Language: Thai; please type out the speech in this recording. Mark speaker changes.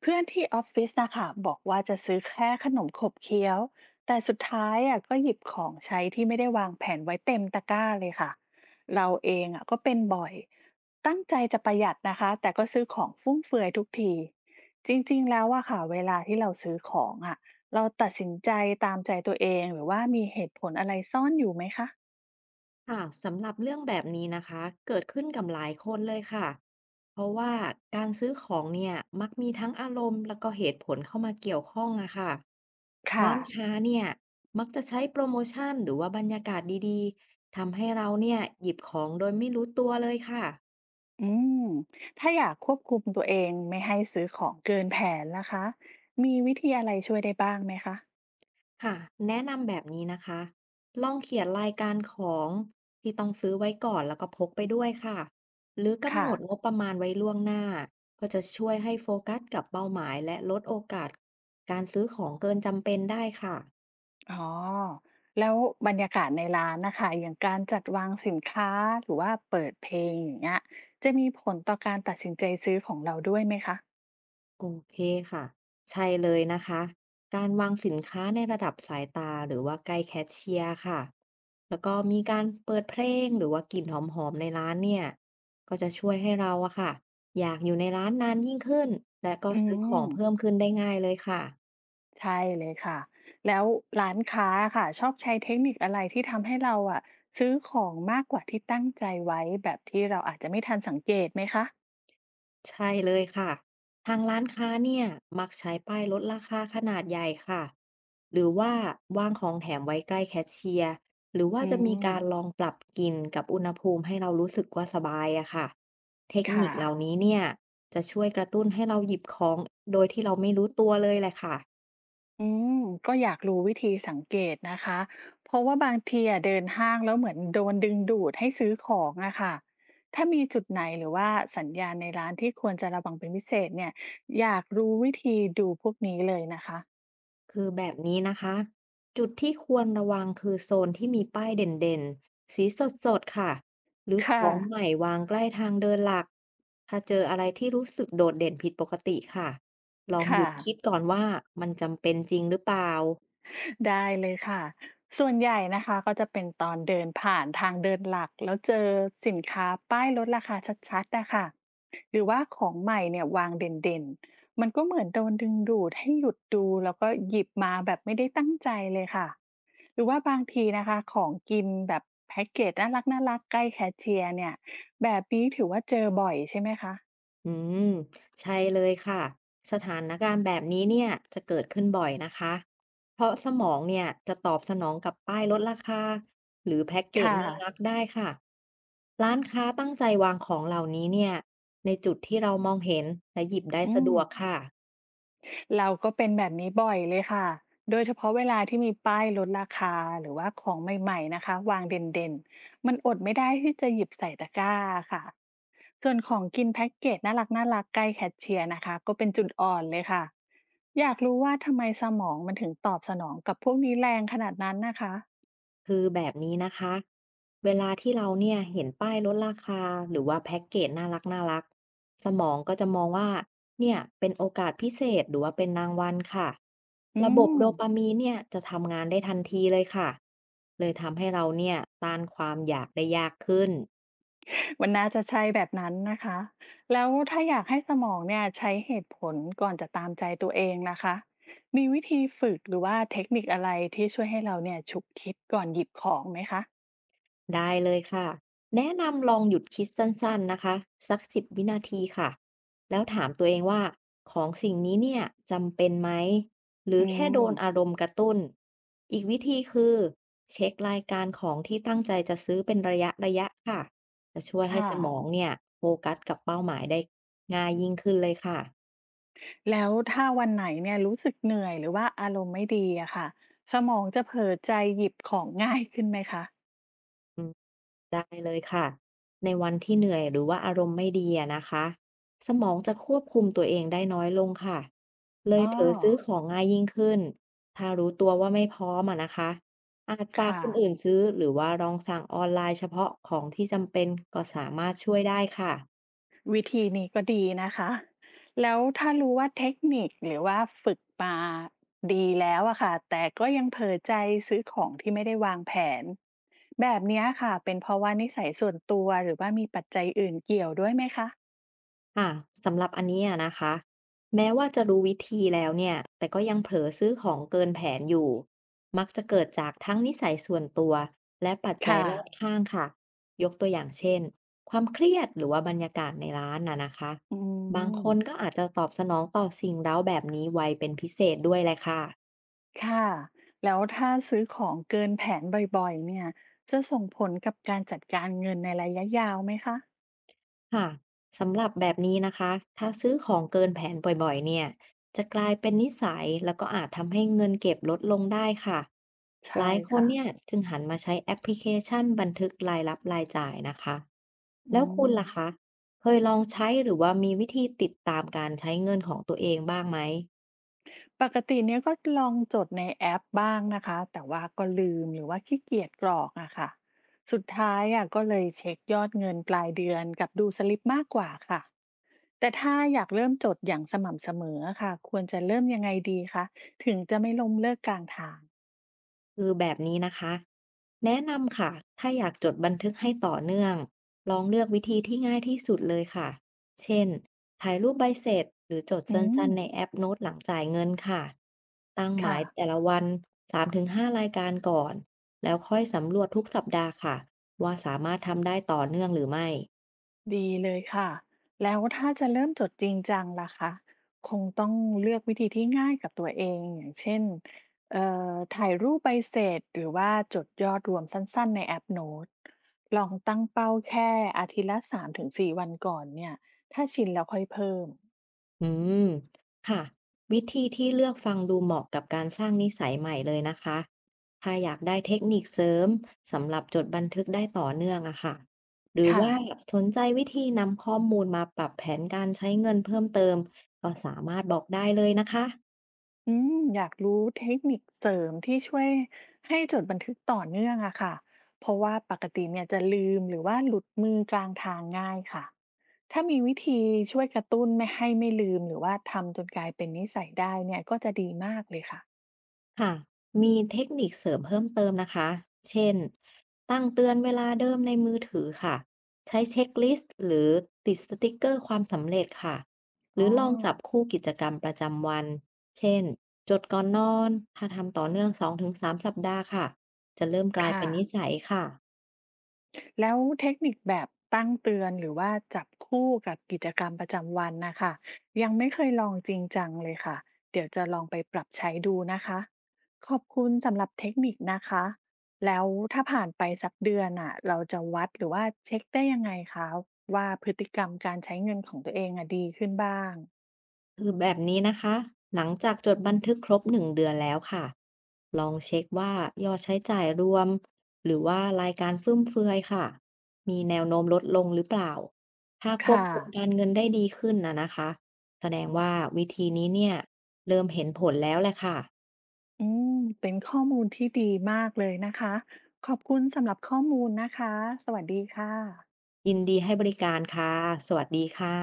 Speaker 1: เพื่อนที่ออฟฟิศนะคะบอกว่าจะซื้อแค่ขนมขบเคี้ยวแต่สุดท้ายอ่ะก็หยิบของใช้ที่ไม่ได้วางแผนไว้เต็มตะกร้าเลยค่ะเราเองอ่ะก็เป็นบ่อยตั้งใจจะประหยัดนะคะแต่ก็ซื้อของฟุ่มเฟือยทุกทีจริงๆแล้วอะค่ะเวลาที่เราซื้อของอ่ะเราตัดสินใจตามใจตัวเองหรือว่ามีเหตุผลอะไรซ่อนอยู่ไหมคะ
Speaker 2: ค่ะสำหรับเรื่องแบบนี้นะคะเกิดขึ้นกับหลายคนเลยค่ะเพราะว่าการซื้อของเนี่ยมักมีทั้งอารมณ์แล้วก็เหตุผลเข้ามาเกี่ยวข้องอะค่ะ
Speaker 1: ค่ะ
Speaker 2: ร้านค้าเนี่ยมักจะใช้โปรโมชั่นหรือว่าบรรยากาศดีๆทำให้เราเนี่ยหยิบของโดยไม่รู้ตัวเลยค่ะ
Speaker 1: อืมถ้าอยากควบคุมตัวเองไม่ให้ซื้อของเกินแผนล่ะคะมีวิธีอะไรช่วยได้บ้างไหมคะ
Speaker 2: ค่ะแนะนำแบบนี้นะคะลองเขียนรายการของที่ต้องซื้อไว้ก่อนแล้วก็พกไปด้วยค่ะหรือกำห
Speaker 1: ค่ะ
Speaker 2: นดงบประมาณไว้ล่วงหน้าก็จะช่วยให้โฟกัสกับเป้าหมายและลดโอกาสการซื้อของเกินจำเป็นได้ค่ะ
Speaker 1: อ๋อ แล้วบรรยากาศในร้านนะคะ อย่างการจัดวางสินค้าหรือว่าเปิดเพลงอย่างเงี้ยจะมีผลต่อการตัดสินใจซื้อของเราด้วยไหมคะ
Speaker 2: โอเคค่ะใช่เลยนะคะการวางสินค้าในระดับสายตาหรือว่าใกล้แคชเชียร์ค่ะแล้วก็มีการเปิดเพลงหรือว่ากลิ่นหอมๆในร้านเนี่ยก็จะช่วยให้เราอะค่ะอยากอยู่ในร้านนานยิ่งขึ้นและก็
Speaker 1: อื
Speaker 2: ซื้อของเพิ่ม
Speaker 1: ม
Speaker 2: ขึ้นได้ง่ายเลยค่ะ
Speaker 1: ใช่เลยค่ะ แล้วร้านค้าอะค่ะชอบใช้เทคนิคอะไรที่ทำให้เราอะซื้อของมากกว่าที่ตั้งใจไว้แบบที่เราอาจจะไม่ทันสังเกตไหมคะ
Speaker 2: ใช่เลยค่ะทางร้านค้าเนี่ยมักใช้ป้ายลดราคาขนาดใหญ่ค่ะหรือว่าวางของแถมไว้ใกล้แคชเชียร์หรือว่า
Speaker 1: อื
Speaker 2: จะมี
Speaker 1: ม
Speaker 2: การลองปรับกลิ่นกับอุณหภูมิให้เรารู้สึกว่าสบายอะค่ะเทคนิ
Speaker 1: ค่ะ
Speaker 2: คเหล่านี้เนี่ยจะช่วยกระตุ้นให้เราหยิบของโดยที่เราไม่รู้ตัวเลยแหละค่ะ
Speaker 1: อืมก็อยากรู้วิธีสังเกตนะคะเพราะว่าบางทีอะเดินห้างแล้วเหมือนโดนดึงดูดให้ซื้อของอะค่ะถ้ามีจุดไหนหรือว่าสัญญาณในร้านที่ควรจะระวังเป็นพิเศษเนี่ยอยากรู้วิธีดูพวกนี้เลยนะคะ
Speaker 2: คือแบบนี้นะคะจุดที่ควรระวังคือโซนที่มีป้ายเด่นๆสีสดๆค่ะหรือข
Speaker 1: ค่ะ
Speaker 2: องใหม่วางใกล้ทางเดินหลักถ้าเจออะไรที่รู้สึกโดดเด่นผิดปกติค่ะลองหยุ
Speaker 1: ค่ะ
Speaker 2: ดคิดก่อนว่ามันจำเป็นจริงหรือเปล่า
Speaker 1: ได้เลยค่ะส่วนใหญ่นะคะก็จะเป็นตอนเดินผ่านทางเดินหลักแล้วเจอสินค้าป้ายลดราคาชัดๆนะคะหรือว่าของใหม่เนี่ยวางเด่นๆมันก็เหมือนโดนดึงดูดให้หยุดดูแล้วก็หยิบมาแบบไม่ได้ตั้งใจเลยค่ะหรือว่าบางทีนะคะของกินแบบแพ็กเกจน่ารักน่ารักใกล้แคชเชียร์เนี่ยแบบนี้ถือว่าเจอบ่อยใช่ไหมคะ
Speaker 2: อืมใช่เลยค่ะสถานการณ์แบบนี้เนี่ยจะเกิดขึ้นบ่อยนะคะเพราะสมองเนี่ยจะตอบสนองกับป้ายลดราคาหรือแพ็กเกจ
Speaker 1: ค่ะ
Speaker 2: น่ารักได้ค่ะร้านค้าตั้งใจวางของเหล่านี้เนี่ยในจุดที่เรามองเห็นและหยิบได้
Speaker 1: อื
Speaker 2: สะด
Speaker 1: ม
Speaker 2: วกค่ะ
Speaker 1: เราก็เป็นแบบนี้บ่อยเลยค่ะโดยเฉพาะเวลาที่มีป้ายลดราคาหรือว่าของใหม่ๆนะคะวางเด่นๆ มันอดไม่ได้ที่จะหยิบใส่ตะกร้าค่ะส่วนของกินแพ็กเกจน่ารักน่ารักใกล้แคชเชียร์นะคะก็เป็นจุดอ่อนเลยค่ะอยากรู้ว่าทำไมสมองมันถึงตอบสนองกับพวกนี้แรงขนาดนั้นนะคะ
Speaker 2: คือแบบนี้นะคะ เวลาที่เราเนี่ยเห็นป้ายลดราคาหรือว่าแพ็กเกจน่ารักน่ารักสมองก็จะมองว่าเนี่ยเป็นโอกาสพิเศษหรือว่าเป็นรางวัลค่ะ
Speaker 1: อื
Speaker 2: ระบบ
Speaker 1: ม
Speaker 2: โดปามีนเนี่ยจะทำงานได้ทันทีเลยค่ะเลยทำให้เราเนี่ยต้านความอยากได้ยากขึ้น
Speaker 1: มันน่าจะใช่แบบนั้นนะคะแล้วถ้าอยากให้สมองเนี่ยใช้เหตุผลก่อนจะตามใจตัวเองนะคะมีวิธีฝึกหรือว่าเทคนิคอะไรที่ช่วยให้เราเนี่ยฉุกคิดก่อนหยิบของไหมคะ
Speaker 2: ได้เลยค่ะแนะนำลองหยุดคิดสั้นๆนะคะสักสิบวินาทีค่ะแล้วถามตัวเองว่าของสิ่งนี้เนี่ยจำเป็นไหมหรือ
Speaker 1: อื
Speaker 2: แค่โด
Speaker 1: ม
Speaker 2: นอารมณ์กระตุ้นอีกวิธีคือเช็ครายการของที่ตั้งใจจะซื้อเป็นระยะระยะค่ะจะช่วยให้
Speaker 1: ค่ะ
Speaker 2: สมองเนี่ยโฟกัสกับเป้าหมายได้ง่ายยิ่งขึ้นเลยค่ะ
Speaker 1: แล้วถ้าวันไหนเนี่ยรู้สึกเหนื่อยหรือว่าอารมณ์ไม่ดีอะค่ะสมองจะเผลอใจหยิบของง่ายขึ้นไหมคะ
Speaker 2: ได้เลยค่ะในวันที่เหนื่อยหรือว่าอารมณ์ไม่ดีอะนะคะสมองจะควบคุมตัวเองได้น้อยลงค่ะเล
Speaker 1: อ๋
Speaker 2: ย
Speaker 1: อ
Speaker 2: เผลอซื้อของง่ายยิ่งขึ้นถ้ารู้ตัวว่าไม่พร้อมอะนะคะอาจฝาก
Speaker 1: ค่ะ
Speaker 2: คนอื่นซื้อหรือว่าลองสั่งออนไลน์เฉพาะของที่จำเป็นก็สามารถช่วยได้ค่ะ
Speaker 1: วิธีนี้ก็ดีนะคะ แล้วถ้ารู้ว่าเทคนิคหรือว่าฝึกมาดีแล้วอะค่ะแต่ก็ยังเผลอใจซื้อของที่ไม่ได้วางแผนแบบเนี้ยค่ะเป็นเพราะว่านิสัยส่วนตัวหรือว่ามีปัจจัยอื่นเกี่ยวด้วยไหมคะ
Speaker 2: ค่ะสำหรับอันนี้อะนะคะแม้ว่าจะรู้วิธีแล้วเนี่ยแต่ก็ยังเผลอซื้อของเกินแผนอยู่มักจะเกิดจากทั้งนิสัยส่วนตัวและปัจจัย
Speaker 1: ค่ะ
Speaker 2: รอบข้างค่ะยกตัวอย่างเช่นความเครียดหรือว่าบรรยากาศในร้านน่ะนะคะ
Speaker 1: อื
Speaker 2: บางค
Speaker 1: ม
Speaker 2: นก็อาจจะตอบสนองต่อสิ่งเร้าแบบนี้ไวเป็นพิเศษด้วยเลยค่ะ
Speaker 1: ค่ะ แล้วถ้าซื้อของเกินแผนบ่อยๆ เนี่ย จะส่งผลกับการจัดการเงินในระยะยาวไหมคะ
Speaker 2: ค่ะสำหรับแบบนี้นะคะถ้าซื้อของเกินแผนบ่อยๆเนี่ยจะกลายเป็นนิสัยแล้วก็อาจทำให้เงินเก็บลดลงได้ค่ะห
Speaker 1: ใช่
Speaker 2: ลายคน
Speaker 1: ค่ะ
Speaker 2: เนี่ยจึงหันมาใช้แอปพลิเคชันบันทึกรายรับรายจ่ายนะคะ
Speaker 1: อื
Speaker 2: แล้วคุณ
Speaker 1: ม
Speaker 2: ล่ะคะเคยลองใช้หรือว่ามีวิธีติดตามการใช้เงินของตัวเองบ้างไหม
Speaker 1: ปกติเนี้ยก็ลองจดในแอปบ้างนะคะแต่ว่าก็ลืมหรือว่าขี้เกียจกรอกอะค่ะสุดท้ายอะก็เลยเช็คยอดเงินปลายเดือนกับดูสลิปมากกว่าค่ะแต่ถ้าอยากเริ่มจดอย่างสม่ำเสมอค่ะควรจะเริ่มยังไงดีคะถึงจะไม่ล้มเลิกกลางทาง
Speaker 2: คือแบบนี้นะคะแนะนำค่ะถ้าอยากจดบันทึกให้ต่อเนื่องลองเลือกวิธีที่ง่ายที่สุดเลยค่ะเช่นถ่ายรูปใบเสร็จหรือจด
Speaker 1: อื
Speaker 2: สั
Speaker 1: ม
Speaker 2: ้นๆในแอปโน้ตหลังจ่ายเงินค่ะตั้งหมา
Speaker 1: ค่ะ
Speaker 2: ยแต่ละวัน3-5รายการก่อนแล้วค่อยสำรวจทุกสัปดาห์ค่ะว่าสามารถทำได้ต่อเนื่องหรือไม่
Speaker 1: ดีเลยค่ะแล้วถ้าจะเริ่มจดจริงจังล่ะคะคงต้องเลือกวิธีที่ง่ายกับตัวเองอย่างเช่นเอ่ถ่ายรูปใบเสร็จหรือว่าจดยอดรวมสั้นๆในแอปโน้ตลองตั้งเป้าแค่อาทิตย์ละ3-4วันก่อนเนี่ยถ้าชินแล้วค่อยเพิ่ม
Speaker 2: อืมค่ะวิธีที่เลือกฟังดูเหมาะกับการสร้างนิสัยใหม่เลยนะคะถ้าอยากได้เทคนิคเสริมสำหรับจดบันทึกได้ต่อเนื่องอะค่ะหรือ
Speaker 1: ค่ะ
Speaker 2: ว่าสนใจวิธีนำข้อมูลมาปรับแผนการใช้เงินเพิ่มเติมก็สามารถบอกได้เลยนะคะ
Speaker 1: อืมอยากรู้เทคนิคเสริมที่ช่วยให้จดบันทึกต่อเนื่องอะค่ะเพราะว่าปกติเนี่ยจะลืมหรือว่าหลุดมือกลางทางง่ายค่ะ ถ้ามีวิธีช่วยกระตุ้นไม่ให้ไม่ลืมหรือว่าทำจนกลายเป็นนิสัยได้เนี่ยก็จะดีมากเลยค่ะ
Speaker 2: ค่ะ มีเทคนิคเสริมเพิ่มเติมนะคะ เช่น ตั้งเตือนเวลาเดิมในมือถือค่ะ ใช้เช็คลิสต์หรือติดสติกเกอร์ความสำเร็จค่ะ ห
Speaker 1: อ๋อ
Speaker 2: รือลองจับคู่กิจกรรมประจำวัน เช่น จดก่อนนอนถ้าทำต่อเนื่อง2-3สามสัปดาห์ค่ะ จะเริ่มกลาย
Speaker 1: ค่ะ
Speaker 2: เป็นนิสัยค่ะ
Speaker 1: แล้วเทคนิคแบบตั้งเตือนหรือว่าจับคู่กับกิจกรรมประจำวันนะคะยังไม่เคยลองจริงจังเลยค่ะเดี๋ยวจะลองไปปรับใช้ดูนะคะขอบคุณสำหรับเทคนิคนะคะแล้วถ้าผ่านไปสักเดือนอ่ะเราจะวัดหรือว่าเช็คได้ยังไงคะว่าพฤติกรรมการใช้เงินของตัวเองอะดีขึ้นบ้าง
Speaker 2: คือแบบนี้นะคะหลังจากจดบันทึกครบหนึ่งเดือนแล้วค่ะลองเช็คว่ายอดใช้จ่ายรวมหรือว่ารายการฟุ่มเฟือยค่ะมีแนวโน้มลดลงหรือเปล่าถ้าควบ
Speaker 1: ค่ะ
Speaker 2: คุมการเงินได้ดีขึ้นนะนะคะแสดงว่าวิธีนี้เนี่ยเริ่มเห็นผลแล้วแหละค่ะ
Speaker 1: อืมเป็นข้อมูลที่ดีมากเลยนะคะขอบคุณสำหรับข้อมูลนะคะสวัสดีค่ะ
Speaker 2: ยินดีให้บริการค่ะสวัสดีค่ะ